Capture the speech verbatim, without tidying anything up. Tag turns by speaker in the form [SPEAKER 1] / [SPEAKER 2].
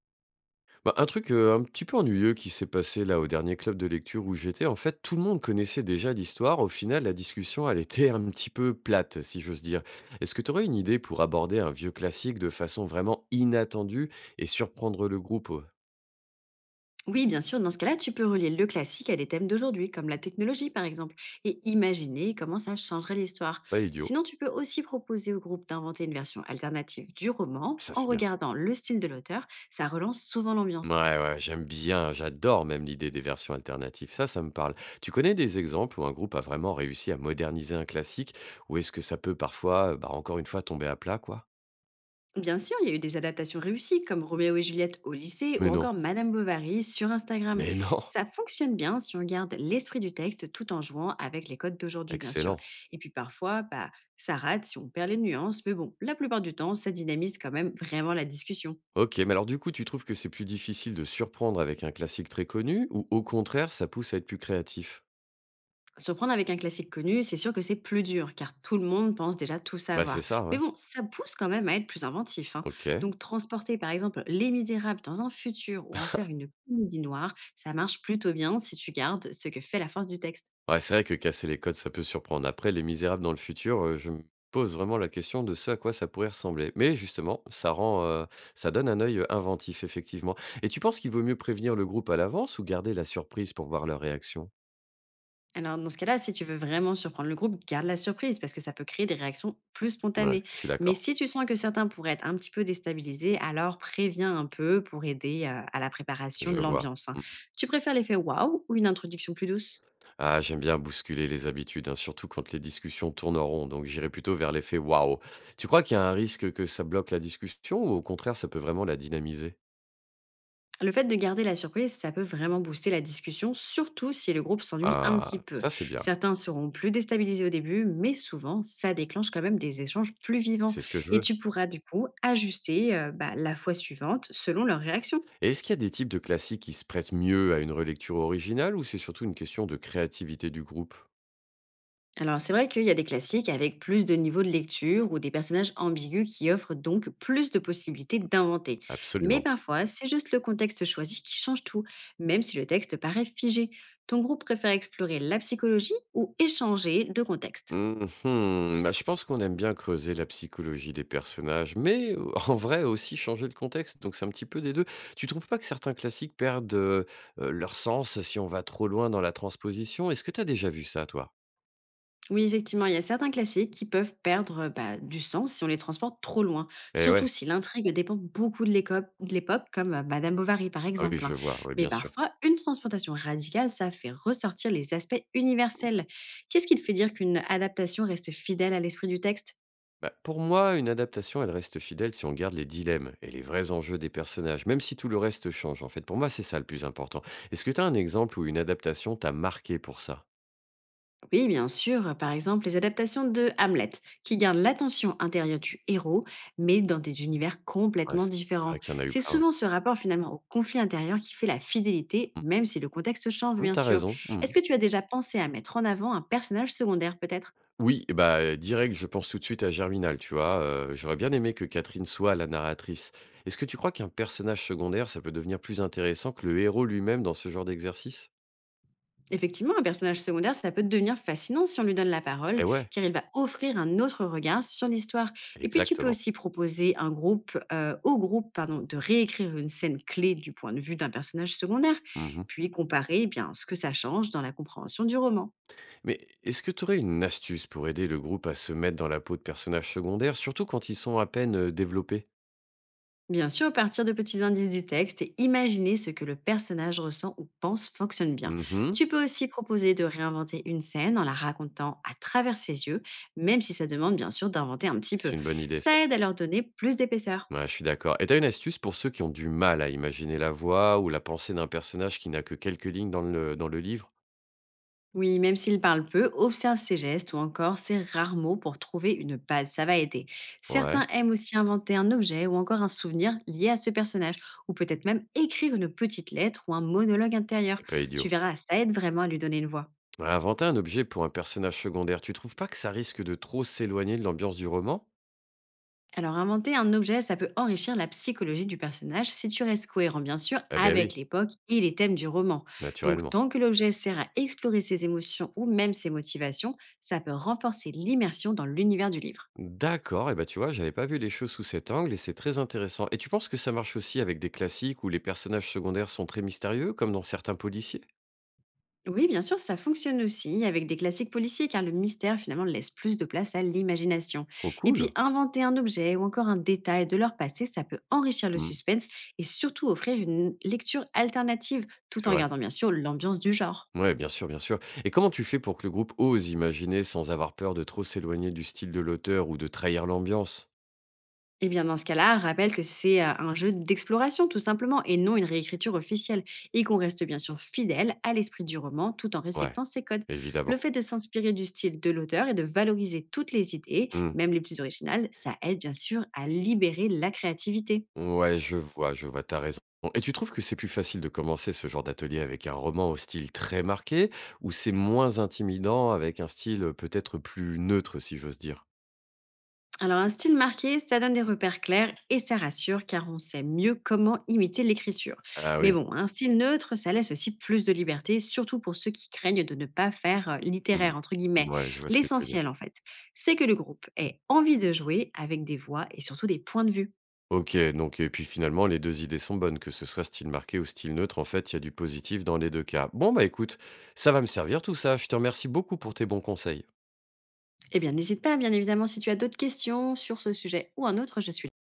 [SPEAKER 1] Bah, un truc, heu, un petit peu ennuyeux qui s'est passé là au dernier club de lecture où j'étais, en fait, tout le monde connaissait déjà l'histoire. Au final, la discussion, elle était un petit peu plate, si j'ose dire. Est-ce que tu aurais une idée pour aborder un vieux classique de façon vraiment inattendue et surprendre le groupe? Heu,
[SPEAKER 2] Oui, bien sûr, dans ce cas-là, tu peux relier le classique à des thèmes d'aujourd'hui, comme la technologie par exemple, et imaginer comment ça changerait l'histoire.
[SPEAKER 1] pas idiot.
[SPEAKER 2] Sinon, tu peux aussi proposer au groupe d'inventer une version alternative du roman
[SPEAKER 1] Ça,
[SPEAKER 2] en
[SPEAKER 1] c'est bien.
[SPEAKER 2] regardant le style de l'auteur, ça relance souvent l'ambiance.
[SPEAKER 1] Ouais, ouais, j'aime bien, j'adore même l'idée des versions alternatives. Ça, ça me parle. Tu connais des exemples où un groupe a vraiment réussi à moderniser un classique? Ou est-ce que ça peut parfois, bah, encore une fois tomber à plat, quoi?
[SPEAKER 2] Bien sûr, il y a eu des adaptations réussies comme Roméo et Juliette au lycée ou
[SPEAKER 1] Mais non,
[SPEAKER 2] encore Madame Bovary sur Instagram.
[SPEAKER 1] mais non!
[SPEAKER 2] Ça fonctionne bien si on garde l'esprit du texte tout en jouant avec les codes d'aujourd'hui, bien sûr.
[SPEAKER 1] Excellent.
[SPEAKER 2] Et puis parfois, bah, ça rate si on perd les nuances, mais bon, la plupart du temps, ça dynamise quand même vraiment la discussion.
[SPEAKER 1] OK, mais alors du coup, tu trouves que c'est plus difficile de surprendre avec un classique très connu ou au contraire, ça pousse à être plus créatif?
[SPEAKER 2] Surprendre avec un classique connu, c'est sûr que c'est plus dur, car tout le monde pense déjà tout
[SPEAKER 1] Bah, c'est
[SPEAKER 2] savoir.
[SPEAKER 1] ça,
[SPEAKER 2] Mais
[SPEAKER 1] ouais.
[SPEAKER 2] bon, ça pousse quand même à être plus inventif, hein.
[SPEAKER 1] OK.
[SPEAKER 2] Donc transporter par exemple Les Misérables dans un futur ou en faire une comédie noire, ça marche plutôt bien si tu gardes ce que fait la force du texte.
[SPEAKER 1] Ouais, c'est vrai que casser les codes, ça peut surprendre. Après, Les Misérables dans le futur, heu, je me pose vraiment la question de ce à quoi ça pourrait ressembler. Mais justement, ça rend, heu, ça donne un œil, heu, inventif, effectivement. Et tu penses qu'il vaut mieux prévenir le groupe à l'avance ou garder la surprise pour voir leur réaction?
[SPEAKER 2] Alors dans ce cas-là, si tu veux vraiment surprendre le groupe, garde la surprise, parce que ça peut créer des réactions plus
[SPEAKER 1] Ouais,
[SPEAKER 2] spontanées.
[SPEAKER 1] je suis
[SPEAKER 2] Mais
[SPEAKER 1] d'accord.
[SPEAKER 2] si tu sens que certains pourraient être un petit peu déstabilisés, alors préviens un peu pour aider euh, à la préparation
[SPEAKER 1] Je
[SPEAKER 2] de
[SPEAKER 1] vois.
[SPEAKER 2] l'ambiance, hein.
[SPEAKER 1] Mmh.
[SPEAKER 2] Tu préfères l'effet waouh ou une introduction plus douce?
[SPEAKER 1] Ah, j'aime bien bousculer les habitudes, hein, surtout quand les discussions tournent en rond, donc j'irai plutôt vers l'effet waouh. Tu crois qu'il y a un risque que ça bloque la discussion ou au contraire ça peut vraiment la dynamiser?
[SPEAKER 2] Le fait de garder la surprise, ça peut vraiment booster la discussion, surtout si le groupe s'ennuie un petit
[SPEAKER 1] Ah,
[SPEAKER 2] peu.
[SPEAKER 1] ça c'est bien,
[SPEAKER 2] Certains seront plus déstabilisés au début, mais souvent, ça déclenche quand même des échanges plus vivants.
[SPEAKER 1] c'est ce que je
[SPEAKER 2] Et
[SPEAKER 1] veux.
[SPEAKER 2] tu pourras du coup ajuster euh, bah, la fois suivante selon leur réaction.
[SPEAKER 1] Et est-ce qu'il y a des types de classiques qui se prêtent mieux à une relecture originale ou c'est surtout une question de créativité du groupe?
[SPEAKER 2] Alors, c'est vrai qu'il y a des classiques avec plus de niveaux de lecture ou des personnages ambigus qui offrent donc plus de possibilités d'inventer. Mais
[SPEAKER 1] Absolument.
[SPEAKER 2] parfois, c'est juste le contexte choisi qui change tout, même si le texte paraît figé. Ton groupe préfère explorer la psychologie ou échanger de contexte?
[SPEAKER 1] Mmh. Bah, je pense qu'on aime bien creuser la psychologie des personnages, mais heu, en vrai aussi changer le contexte, donc c'est un petit peu des deux. Tu trouves pas que certains classiques perdent, heu heu, leur sens si on va trop loin dans la transposition? Est-ce que tu as déjà vu ça toi?
[SPEAKER 2] Oui, effectivement, il y a certains classiques qui peuvent perdre euh, bah, du sens si on les transporte trop loin,
[SPEAKER 1] Eh
[SPEAKER 2] surtout
[SPEAKER 1] ouais,
[SPEAKER 2] si l'intrigue dépend beaucoup de l'éco- de l'époque, comme euh, Madame Bovary par
[SPEAKER 1] ah oui,
[SPEAKER 2] exemple, hein.
[SPEAKER 1] je vois, oui,
[SPEAKER 2] Mais
[SPEAKER 1] bien sûr.
[SPEAKER 2] parfois, une transplantation radicale, ça fait ressortir les aspects universels. Qu'est-ce qui te fait dire qu'une adaptation reste fidèle à l'esprit du texte?
[SPEAKER 1] Bah, pour moi, une adaptation, elle reste fidèle si on garde les dilemmes et les vrais enjeux des personnages, même si tout le reste change, en fait. Pour moi, c'est ça le plus important. Est-ce que tu as un exemple où une adaptation t'a marqué pour ça?
[SPEAKER 2] Oui, bien sûr. Par exemple, les adaptations de Hamlet, qui gardent l'attention intérieure du héros, mais dans des univers
[SPEAKER 1] Ouais,
[SPEAKER 2] complètement
[SPEAKER 1] c'est c'est
[SPEAKER 2] différents.
[SPEAKER 1] vrai qu'il y en a eu
[SPEAKER 2] C'est
[SPEAKER 1] plein.
[SPEAKER 2] souvent ce rapport finalement au conflit intérieur qui fait la fidélité,
[SPEAKER 1] Mmh.
[SPEAKER 2] même si le contexte change,
[SPEAKER 1] Mmh,
[SPEAKER 2] bien
[SPEAKER 1] tu
[SPEAKER 2] sûr.
[SPEAKER 1] raison. Mmh.
[SPEAKER 2] Est-ce que tu as déjà pensé à mettre en avant un personnage secondaire, peut-être?
[SPEAKER 1] Oui, bah, heu, direct, je pense tout de suite à Germinal, tu vois? Heu, j'aurais bien aimé que Catherine soit la narratrice. Est-ce que tu crois qu'un personnage secondaire, ça peut devenir plus intéressant que le héros lui-même dans ce genre d'exercice?
[SPEAKER 2] Effectivement, un personnage secondaire, ça peut devenir fascinant si on lui donne la parole,
[SPEAKER 1] Eh ouais,
[SPEAKER 2] car il va offrir un autre regard sur l'histoire. Et puis, tu peux
[SPEAKER 1] exactement.
[SPEAKER 2] aussi proposer un groupe, euh, au groupe pardon, de réécrire une scène clé du point de vue d'un personnage secondaire,
[SPEAKER 1] Mmh.
[SPEAKER 2] puis comparer eh bien, ce que ça change dans la compréhension du roman.
[SPEAKER 1] Mais est-ce que tu aurais une astuce pour aider le groupe à se mettre dans la peau de personnages secondaires, surtout quand ils sont à peine, heu, développés?
[SPEAKER 2] Bien sûr, partir de petits indices du texte et imaginer ce que le personnage ressent ou pense fonctionne bien.
[SPEAKER 1] Mmh.
[SPEAKER 2] Tu peux aussi proposer de réinventer une scène en la racontant à travers ses yeux, même si ça demande bien sûr d'inventer un petit peu.
[SPEAKER 1] C'est une bonne idée ça.
[SPEAKER 2] Ça aide à leur donner plus d'épaisseur.
[SPEAKER 1] Ouais, je suis d'accord et t'as une astuce pour ceux qui ont du mal à imaginer la voix ou la pensée d'un personnage qui n'a que quelques lignes dans le dans le livre?
[SPEAKER 2] Oui, même s'il parle peu, observe ses gestes ou encore ses rares mots pour trouver une base, ça va aider. Certains
[SPEAKER 1] Ouais,
[SPEAKER 2] aiment aussi inventer un objet ou encore un souvenir lié à ce personnage, ou peut-être même écrire une petite lettre ou un monologue intérieur.
[SPEAKER 1] c'est pas idiot.
[SPEAKER 2] Tu verras, ça aide vraiment à lui donner une voix.
[SPEAKER 1] Ouais, inventer un objet pour un personnage secondaire, tu trouves pas que ça risque de trop s'éloigner de l'ambiance du roman?
[SPEAKER 2] Alors, inventer un objet, ça peut enrichir la psychologie du personnage si tu restes cohérent, bien sûr,
[SPEAKER 1] Eh ben
[SPEAKER 2] avec
[SPEAKER 1] oui,
[SPEAKER 2] l'époque et les thèmes du roman. Donc,
[SPEAKER 1] naturellement.
[SPEAKER 2] tant que l'objet sert à explorer ses émotions ou même ses motivations, ça peut renforcer l'immersion dans l'univers du livre.
[SPEAKER 1] D'accord, et ben tu vois, j'avais pas vu les choses sous cet angle et c'est très intéressant. Et tu penses que ça marche aussi avec des classiques où les personnages secondaires sont très mystérieux, comme dans certains policiers?
[SPEAKER 2] Oui, bien sûr, ça fonctionne aussi avec des classiques policiers car le mystère finalement laisse plus de place à l'imagination.
[SPEAKER 1] Trop
[SPEAKER 2] Et puis
[SPEAKER 1] cool.
[SPEAKER 2] inventer un objet ou encore un détail de leur passé, ça peut enrichir le
[SPEAKER 1] Hmm.
[SPEAKER 2] suspense et surtout offrir une lecture alternative tout
[SPEAKER 1] C'est
[SPEAKER 2] en
[SPEAKER 1] vrai.
[SPEAKER 2] gardant bien sûr l'ambiance du genre.
[SPEAKER 1] Ouais, bien sûr, bien sûr. Et comment tu fais pour que le groupe ose imaginer sans avoir peur de trop s'éloigner du style de l'auteur ou de trahir l'ambiance?
[SPEAKER 2] Eh bien, dans ce cas-là, rappelle que c'est euh, un jeu d'exploration, tout simplement, et non une réécriture officielle, et qu'on reste bien sûr fidèle à l'esprit du roman tout en
[SPEAKER 1] Ouais,
[SPEAKER 2] respectant ses codes. Le fait
[SPEAKER 1] évidemment.
[SPEAKER 2] de s'inspirer du style de l'auteur et de valoriser toutes les idées, même les plus originales, ça aide bien sûr à libérer la créativité.
[SPEAKER 1] Ouais, je vois, je vois, t'as raison. Et tu trouves que c'est plus facile de commencer ce genre d'atelier avec un roman au style très marqué ou c'est moins intimidant avec un style euh, peut-être plus neutre, si j'ose dire?
[SPEAKER 2] Alors un style marqué, ça donne des repères clairs et ça rassure car on sait mieux comment imiter l'écriture.
[SPEAKER 1] Ah
[SPEAKER 2] Mais
[SPEAKER 1] oui.
[SPEAKER 2] bon, un style neutre, ça laisse aussi plus de liberté, surtout pour ceux qui craignent de ne pas faire euh,
[SPEAKER 1] Mmh.
[SPEAKER 2] littéraire, entre guillemets.
[SPEAKER 1] Ouais, je vois ce que tu veux dire.
[SPEAKER 2] L'essentiel en fait, c'est que le groupe ait envie de jouer avec des voix et surtout des points de vue.
[SPEAKER 1] OK, donc et puis finalement, les deux idées sont bonnes, que ce soit style marqué ou style neutre, en fait, il y a du positif dans les deux cas. Bon, bah écoute, ça va me servir tout ça. Je te remercie beaucoup pour tes bons conseils.
[SPEAKER 2] Eh bien, n'hésite pas, bien évidemment, si tu as d'autres questions sur ce sujet ou un autre, je suis